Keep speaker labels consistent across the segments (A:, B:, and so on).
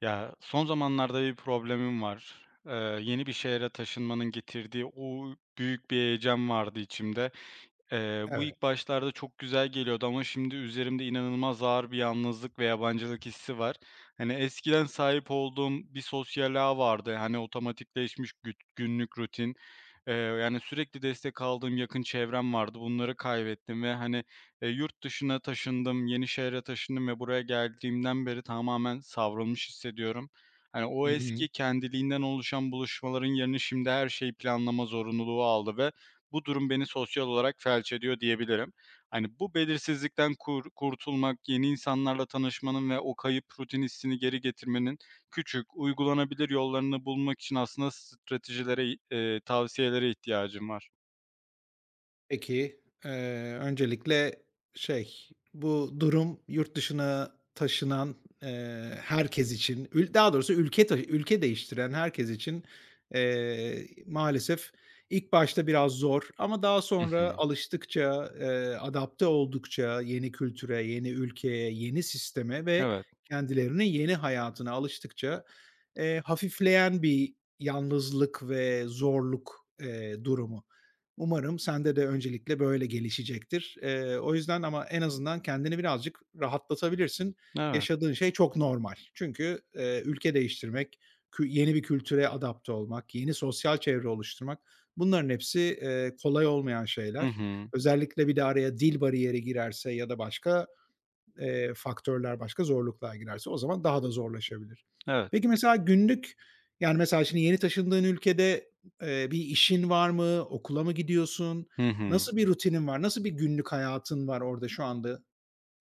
A: Ya, son zamanlarda bir problemim var. Eee, Yeni bir şehre taşınmanın getirdiği o büyük bir heyecan vardı içimde. Bu
B: Evet.
A: ilk başlarda çok güzel geliyordu ama şimdi üzerimde inanılmaz ağır bir yalnızlık ve yabancılık hissi var. Hani, eskiden sahip olduğum bir sosyal ağ vardı. Hani, otomatikleşmiş günlük rutin. Yani, sürekli destek aldığım yakın çevrem vardı. Bunları kaybettim ve, hani, yurt dışına taşındım, yeni şehre taşındım ve buraya geldiğimden beri tamamen savrulmuş hissediyorum. Hani, o
B: Hı hı.
A: eski kendiliğinden oluşan buluşmaların yerini şimdi her şeyi planlama zorunluluğu aldı ve bu durum beni sosyal olarak felç ediyor diyebilirim. Hani, bu belirsizlikten kurtulmak, yeni insanlarla tanışmanın ve o kayıp rutin hissini geri getirmenin küçük, uygulanabilir yollarını bulmak için aslında stratejilere, tavsiyelere ihtiyacım var.
B: Peki, eee, öncelikle bu durum yurt dışına taşınan, herkes için, daha doğrusu ülke ta ülke değiştiren herkes için, maalesef ilk başta biraz zor ama daha
A: Hı hı.
B: sonra alıştıkça, adapte oldukça yeni kültüre, yeni ülkeye, yeni sisteme ve
A: Evet,
B: kendilerinin yeni hayatına alıştıkça, hafifleyen bir yalnızlık ve zorluk, durumu. Umarım sende de öncelikle böyle gelişecektir. O yüzden ama en azından kendini birazcık rahatlatabilirsin.
A: evet.
B: Yaşadığın şey çok normal. Çünkü, ülke değiştirmek, yeni bir kültüre adapte olmak, yeni sosyal çevre oluşturmak bunların hepsi, kolay olmayan
A: Hı
B: şeyler.
A: hı.
B: Özellikle bir de araya dil bariyeri girerse ya da başka faktörler, başka zorluklar girerse o zaman daha da zorlaşabilir.
A: Evet.
B: Peki mesela günlük, yani, mesela şimdi yeni taşındığın ülkede, bir işin var mı? Okula mı gidiyorsun?
A: Hı hı.
B: Nasıl bir rutinin var? Nasıl bir günlük hayatın var orada şu anda?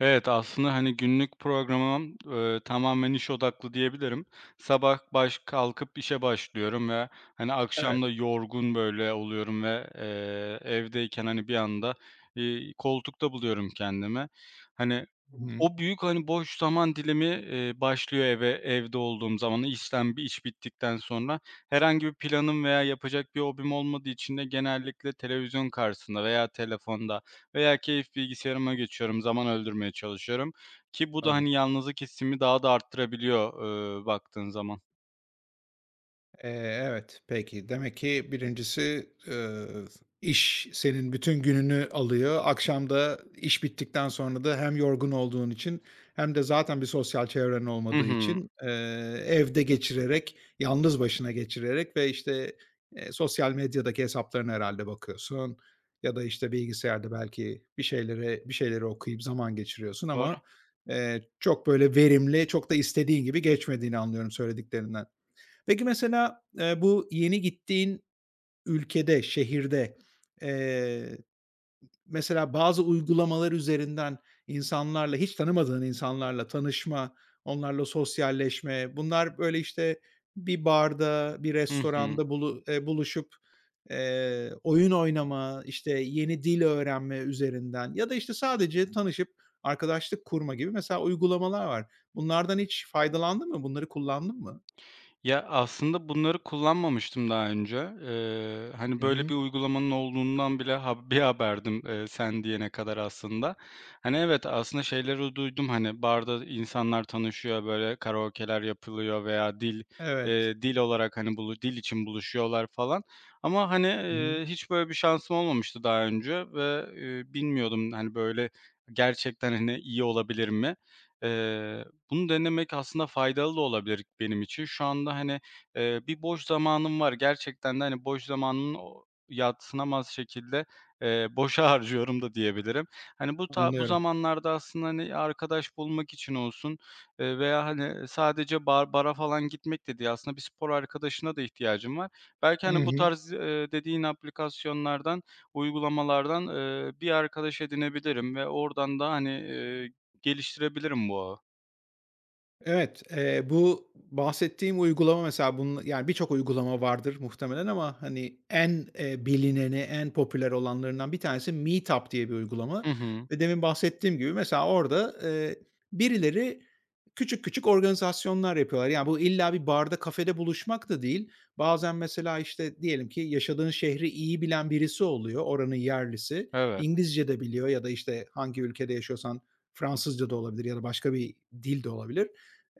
A: Evet, aslında, hani, günlük programım, tamamen iş odaklı diyebilirim. Sabah kalkıp işe başlıyorum ve, hani, akşam
B: Evet.
A: da yorgun, böyle, oluyorum ve, evdeyken, hani, bir anda, koltukta buluyorum kendimi. Hani,
B: Hı hı.
A: o büyük, hani, boş zaman dilimi, başlıyor evde olduğum zaman. İşten bir iş bittikten sonra herhangi bir planım veya yapacak bir hobim olmadığı için de genellikle televizyon karşısında veya telefonda veya keyif bilgisayarıma geçiyorum, zaman öldürmeye çalışıyorum ki bu da,
B: Anladım.
A: hani, yalnızlık hissimi daha da arttırabiliyor, baktığın zaman.
B: Eee, evet, peki. Demek ki birincisi iş senin bütün gününü alıyor. Akşam da iş bittikten sonra da hem yorgun olduğun için hem de zaten bir sosyal çevren
A: Hı
B: olmadığı
A: hı.
B: için, evde geçirerek, yalnız başına geçirerek ve, işte, sosyal medyadaki hesaplarına herhalde bakıyorsun ya da, işte, bilgisayarda belki bir şeylere bir şeyleri okuyup zaman geçiriyorsun
A: Doğru.
B: ama, çok böyle verimli, çok da istediğin gibi geçmediğini anlıyorum söylediklerinden. Peki mesela, bu yeni gittiğin ülkede, şehirde, eee, mesela bazı uygulamalar üzerinden insanlarla, hiç tanımadığın insanlarla tanışma, onlarla sosyalleşme, bunlar böyle, işte, bir barda, bir
A: Hı hı.
B: restoranda buluşup, oyun oynama, işte, yeni dil öğrenme üzerinden ya da, işte, sadece tanışıp arkadaşlık kurma gibi mesela uygulamalar var. Bunlardan hiç faydalandın mı? Bunları kullandın mı?
A: Ya, aslında bunları kullanmamıştım daha önce. Hani,
B: Hı
A: böyle
B: hı.
A: bir uygulamanın olduğundan bile bir haberdim, sen diyene kadar aslında. Hani, evet, aslında şeyleri duydum, hani, barda insanlar tanışıyor, böyle karaoke'ler yapılıyor veya dil,
B: Evet.
A: dil olarak, hani, dil için buluşuyorlar falan ama, hani, hiç böyle bir şansım olmamıştı daha önce ve, bilmiyordum, hani, böyle gerçekten, hani, iyi olabilir mi? Eee Bunu denemek aslında faydalı da olabilir benim için. Şu anda, hani, bir boş zamanım var. Gerçekten de, hani, boş zamanımı o yadsınamaz şekilde, boşa harcıyorum da diyebilirim. Hani, bu
B: Anlıyorum.
A: zamanlarda aslında, hani, arkadaş bulmak için olsun, veya, hani, sadece bara falan gitmek de değil, aslında bir spor arkadaşına da ihtiyacım var. Belki,
B: Hı
A: hani, bu
B: hı.
A: tarz, dediğin aplikasyonlardan, uygulamalardan, bir arkadaş edinebilirim ve oradan da, hani, geliştirebilirim bu ağı.
B: Evet, bu bahsettiğim uygulama mesela bunun yani birçok uygulama vardır muhtemelen ama hani en, bilineni, en popüler olanlarından bir tanesi Meetup diye bir uygulama
A: Hı hı.
B: ve demin bahsettiğim gibi mesela orada, birileri küçük küçük organizasyonlar yapıyorlar. Yani bu illa bir barda, kafede buluşmak da değil. Bazen mesela, işte, diyelim ki yaşadığın şehri iyi bilen birisi oluyor, oranın yerlisi.
A: Evet.
B: İngilizce de biliyor ya da, işte, hangi ülkede yaşıyorsan Fransızca da olabilir ya da başka bir dil de olabilir.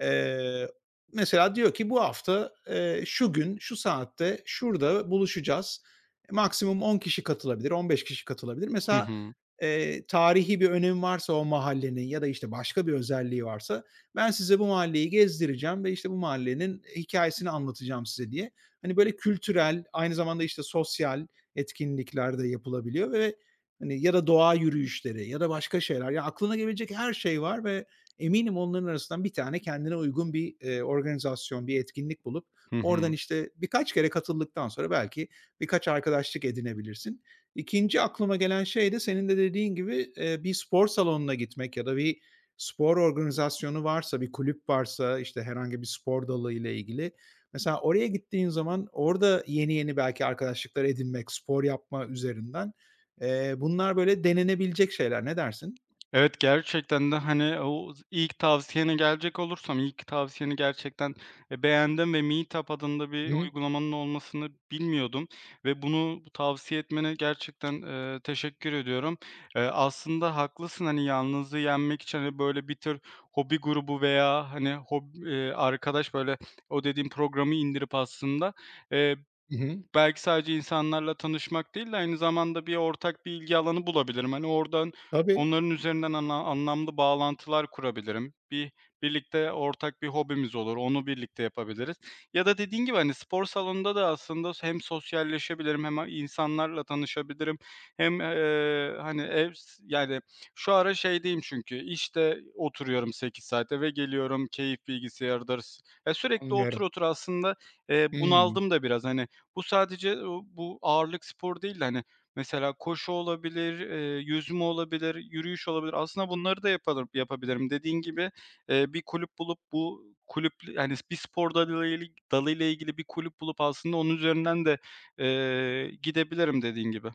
B: Eee, mesela diyor ki bu hafta, şu gün, şu saatte, şurada buluşacağız. Maksimum 10 kişi katılabilir, 15 kişi katılabilir.
A: Hı
B: Mesela,
A: hı.
B: tarihi bir önemi varsa o mahallenin ya da, işte, başka bir özelliği varsa ben size bu mahalleyi gezdireceğim ve, işte, bu mahallenin hikayesini anlatacağım size diye. Hani, böyle kültürel, aynı zamanda, işte, sosyal etkinlikler de yapılabiliyor ve, hani, ya da doğa yürüyüşleri ya da başka şeyler. Ya, aklına gelebilecek her şey var ve eminim onların arasından bir tane kendine uygun bir, organizasyon, bir etkinlik bulup
A: Hı
B: oradan,
A: hı.
B: işte, birkaç kere katıldıktan sonra belki birkaç arkadaşlık edinebilirsin. İkinci aklıma gelen şey de senin de dediğin gibi, bir spor salonuna gitmek ya da bir spor organizasyonu varsa, bir kulüp varsa, işte, herhangi bir spor dalıyla ilgili, mesela oraya gittiğin zaman orada yeni yeni belki arkadaşlıklar edinmek, spor yapma üzerinden, bunlar böyle denenebilecek şeyler. Ne dersin?
A: Evet, gerçekten de, hani, o z ilk tavsiyene gelecek olursam, ilk tavsiyeni gerçekten, beğendim ve Meetup adında bir
B: Hı hı.
A: uygulamanın olmasını bilmiyordum ve bunu tavsiye etmene gerçekten, teşekkür ediyorum. Aslında haklısın, hani, yalnızlığı yenmek için, hani, böyle bir tür hobi grubu veya, hani, hob arkadaş, böyle, o dediğim programı indirip aslında, eee
B: Hı hı.
A: Belki sadece insanlarla tanışmak değil de aynı zamanda bir ortak bir ilgi alanı bulabilirim. Hani, oradan
B: Tabii,
A: onların üzerinden anlamlı bağlantılar kurabilirim. Birlikte ortak bir hobimiz olur, onu birlikte yapabiliriz. Ya da dediğin gibi, hani, spor salonunda da aslında hem sosyalleşebilirim hem insanlarla tanışabilirim hem, hani, yani, şu ara şeydeyim çünkü, işte oturuyorum 8 saat, eve geliyorum, keyif bilgisayarıdır ya, sürekli otur
B: anlıyorum.
A: otur aslında,
B: Hımm.
A: bunaldım da biraz. Hani, bu sadece o bu ağırlık sporu değil de, hani, mesela koşu olabilir, yüzme olabilir, yürüyüş olabilir. Aslında bunları da yapabilirim. Dediğin gibi, bir kulüp bulup bu kulüp yani bir spor dalıyla ilgili bir kulüp bulup aslında onun üzerinden de, gidebilirim dediğin gibi.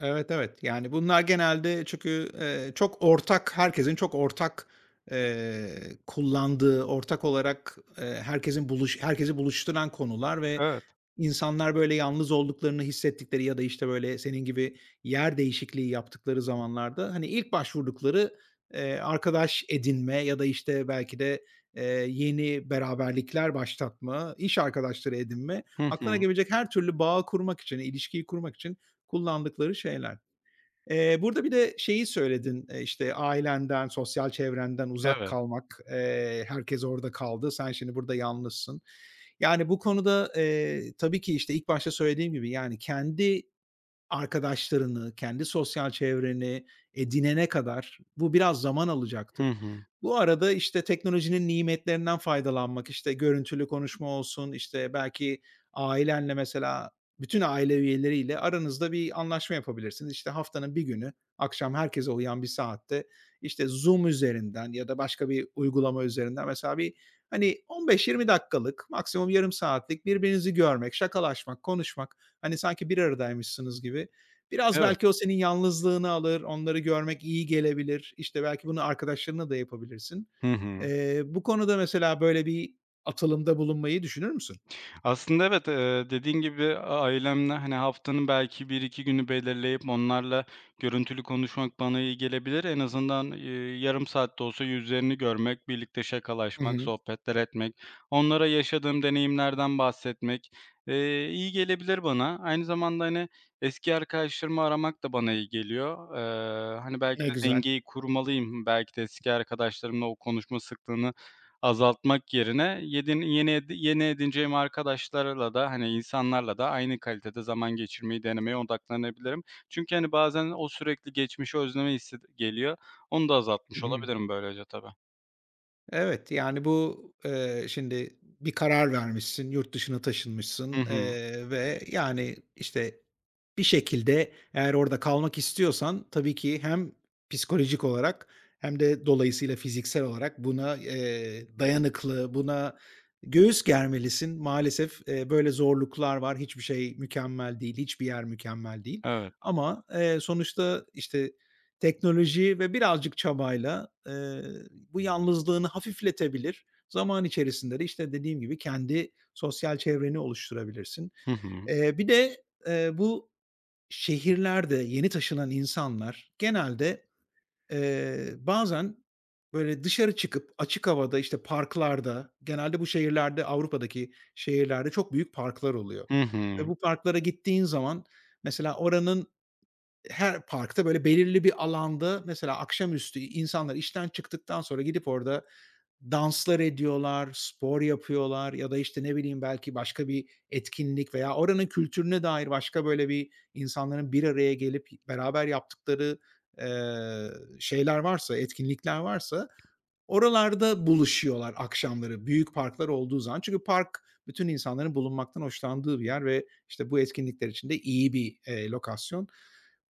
B: Evet, evet. Yani, bunlar genelde çünkü, çok ortak, herkesin çok ortak, eee, kullandığı, ortak olarak, herkesin herkesi buluşturan konular ve
A: Evet.
B: insanlar, böyle, yalnız olduklarını hissettikleri ya da, işte, böyle, senin gibi yer değişikliği yaptıkları zamanlarda, hani, ilk başvurdukları, arkadaş edinme ya da, işte, belki de, eee, yeni beraberlikler başlatma, iş arkadaşları edinme,
A: Hı
B: aklına
A: hı.
B: gelebilecek her türlü bağı kurmak için, ilişkiyi kurmak için kullandıkları şeyler. Burada bir de şeyi söyledin, işte, ailenden, sosyal çevrenden uzak
A: Evet.
B: kalmak, herkes orada kaldı, sen şimdi burada yalnızsın. Yani, bu konuda, tabii ki, işte, ilk başta söylediğim gibi, yani, kendi arkadaşlarını, kendi sosyal çevreni edinene kadar bu biraz zaman
A: Hı
B: alacaktır.
A: hı.
B: Bu arada, işte, teknolojinin nimetlerinden faydalanmak, işte, görüntülü konuşma olsun, işte, belki ailenle mesela bütün aile üyeleriyle aranızda bir anlaşma yapabilirsiniz. İşte, haftanın bir günü akşam herkese uyan bir saatte, işte, Zoom üzerinden ya da başka bir uygulama üzerinden mesela bir, hani, 15-20 dakikalık, maksimum yarım saatlik birbirinizi görmek, şakalaşmak, konuşmak, hani sanki bir aradaymışsınız gibi. Biraz
A: Evet.
B: belki o senin yalnızlığını alır, onları görmek iyi gelebilir. İşte, belki bunu arkadaşlarınla da yapabilirsin.
A: Hı hı.
B: Bu konuda mesela böyle bir atılımda bulunmayı düşünür müsün?
A: Aslında evet, dediğin gibi ailemle, hani, haftanın belki bir iki günü belirleyip onlarla görüntülü konuşmak bana iyi gelebilir. En azından, yarım saatte olsa yüzlerini görmek, birlikte
B: Hı
A: şakalaşmak,
B: hı.
A: sohbetler etmek, onlara yaşadığım deneyimlerden bahsetmek, iyi gelebilir bana. Aynı zamanda, hani, eski arkadaşlarımı aramak da bana iyi geliyor. Hani, belki
B: Ne
A: de
B: güzel.
A: dengeyi kurmalıyım. Belki de eski arkadaşlarımla o konuşma sıklığını azaltmak yerine yedin yeni edi yeni edineceğim arkadaşlarla da, hani, insanlarla da aynı kalitede zaman geçirmeyi denemeye odaklanabilirim. Çünkü, hani, bazen o sürekli geçmişi özleme hissi geliyor. Onu da
B: Hı
A: azaltmış
B: hı.
A: olabilirim böylece tabii.
B: Evet, yani, bu, şimdi bir karar vermişsin, yurt dışına
A: Hı
B: taşınmışsın,
A: hı.
B: ve, yani, işte, bir şekilde eğer orada kalmak istiyorsan tabii ki hem psikolojik olarak hem de dolayısıyla fiziksel olarak buna, dayanıklı, buna göğüs germelisin. Maalesef, böyle zorluklar var. Hiçbir şey mükemmel değil, hiçbir yer mükemmel değil
A: Evet.
B: ama, sonuçta, işte, teknoloji ve birazcık çabayla, bu yalnızlığını hafifletebilir. Zaman içerisinde de, işte, dediğim gibi kendi sosyal çevreni oluşturabilirsin.
A: Hı hı.
B: Bir de, bu şehirlerde yeni taşınan insanlar genelde, bazen, böyle, dışarı çıkıp açık havada, işte, parklarda, genelde bu şehirlerde, Avrupa'daki şehirlerde çok büyük parklar oluyor
A: Hı
B: ve
A: hı.
B: bu parklara gittiğin zaman mesela oranın, her parkta böyle belirli bir alanda mesela akşamüstü insanlar işten çıktıktan sonra gidip orada danslar ediyorlar, spor yapıyorlar ya da, işte, ne bileyim, belki başka bir etkinlik veya oranın kültürüne dair başka böyle bir insanların bir araya gelip beraber yaptıkları, eee, şeyler varsa, etkinlikler varsa oralarda buluşuyorlar akşamları büyük parklar olduğu zaman. Çünkü park bütün insanların bulunmaktan hoşlandığı bir yer ve, işte, bu etkinlikler için de iyi bir, lokasyon.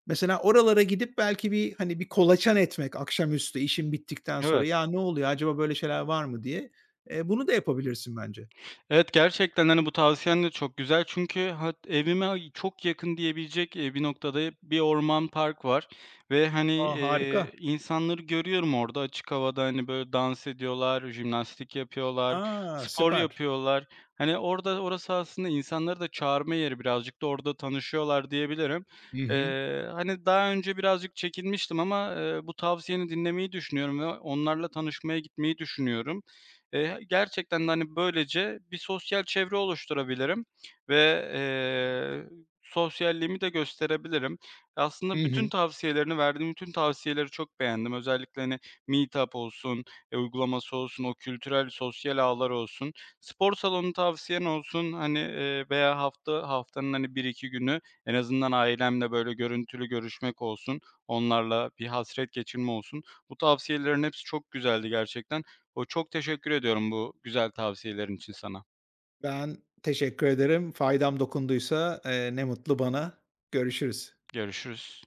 B: Mesela oralara gidip belki bir, hani, bir kolaçan etmek akşamüstü işin bittikten sonra,
A: Evet.
B: "Ya, ne oluyor acaba böyle şeyler var mı?" diye. Bunu da yapabilirsin bence.
A: Evet, gerçekten, hani, bu tavsiyen de çok güzel çünkü evime çok yakın diyebilecek, bir noktada bir orman, park var ve, hani,
B: A, harika.
A: insanları görüyorum orada açık havada, hani, böyle dans ediyorlar, jimnastik yapıyorlar,
B: A,
A: spor
B: süper.
A: yapıyorlar. Hani, orası aslında insanları da çağırma yeri, birazcık da orada tanışıyorlar diyebilirim.
B: Hı hı.
A: Hani, daha önce birazcık çekinmiştim ama, bu tavsiyeni dinlemeyi düşünüyorum ve onlarla tanışmaya gitmeyi düşünüyorum. Gerçekten de, hani, böylece bir sosyal çevre oluşturabilirim ve, sosyalliğimi de gösterebilirim. Aslında
B: Hı hı.
A: bütün tavsiyeleri çok beğendim. Özellikle, hani, Meetup olsun, uygulaması olsun, o kültürel sosyal ağlar olsun, spor salonu tavsiyen olsun, hani, veya haftanın, hani, bir iki günü en azından ailemle, böyle, görüntülü görüşmek olsun, onlarla bir hasret geçirme olsun. Bu tavsiyelerin hepsi çok güzeldi gerçekten. Çok teşekkür ediyorum bu güzel tavsiyelerin için sana.
B: Ben teşekkür ederim. Faydam dokunduysa, ne mutlu bana. Görüşürüz.
A: Görüşürüz.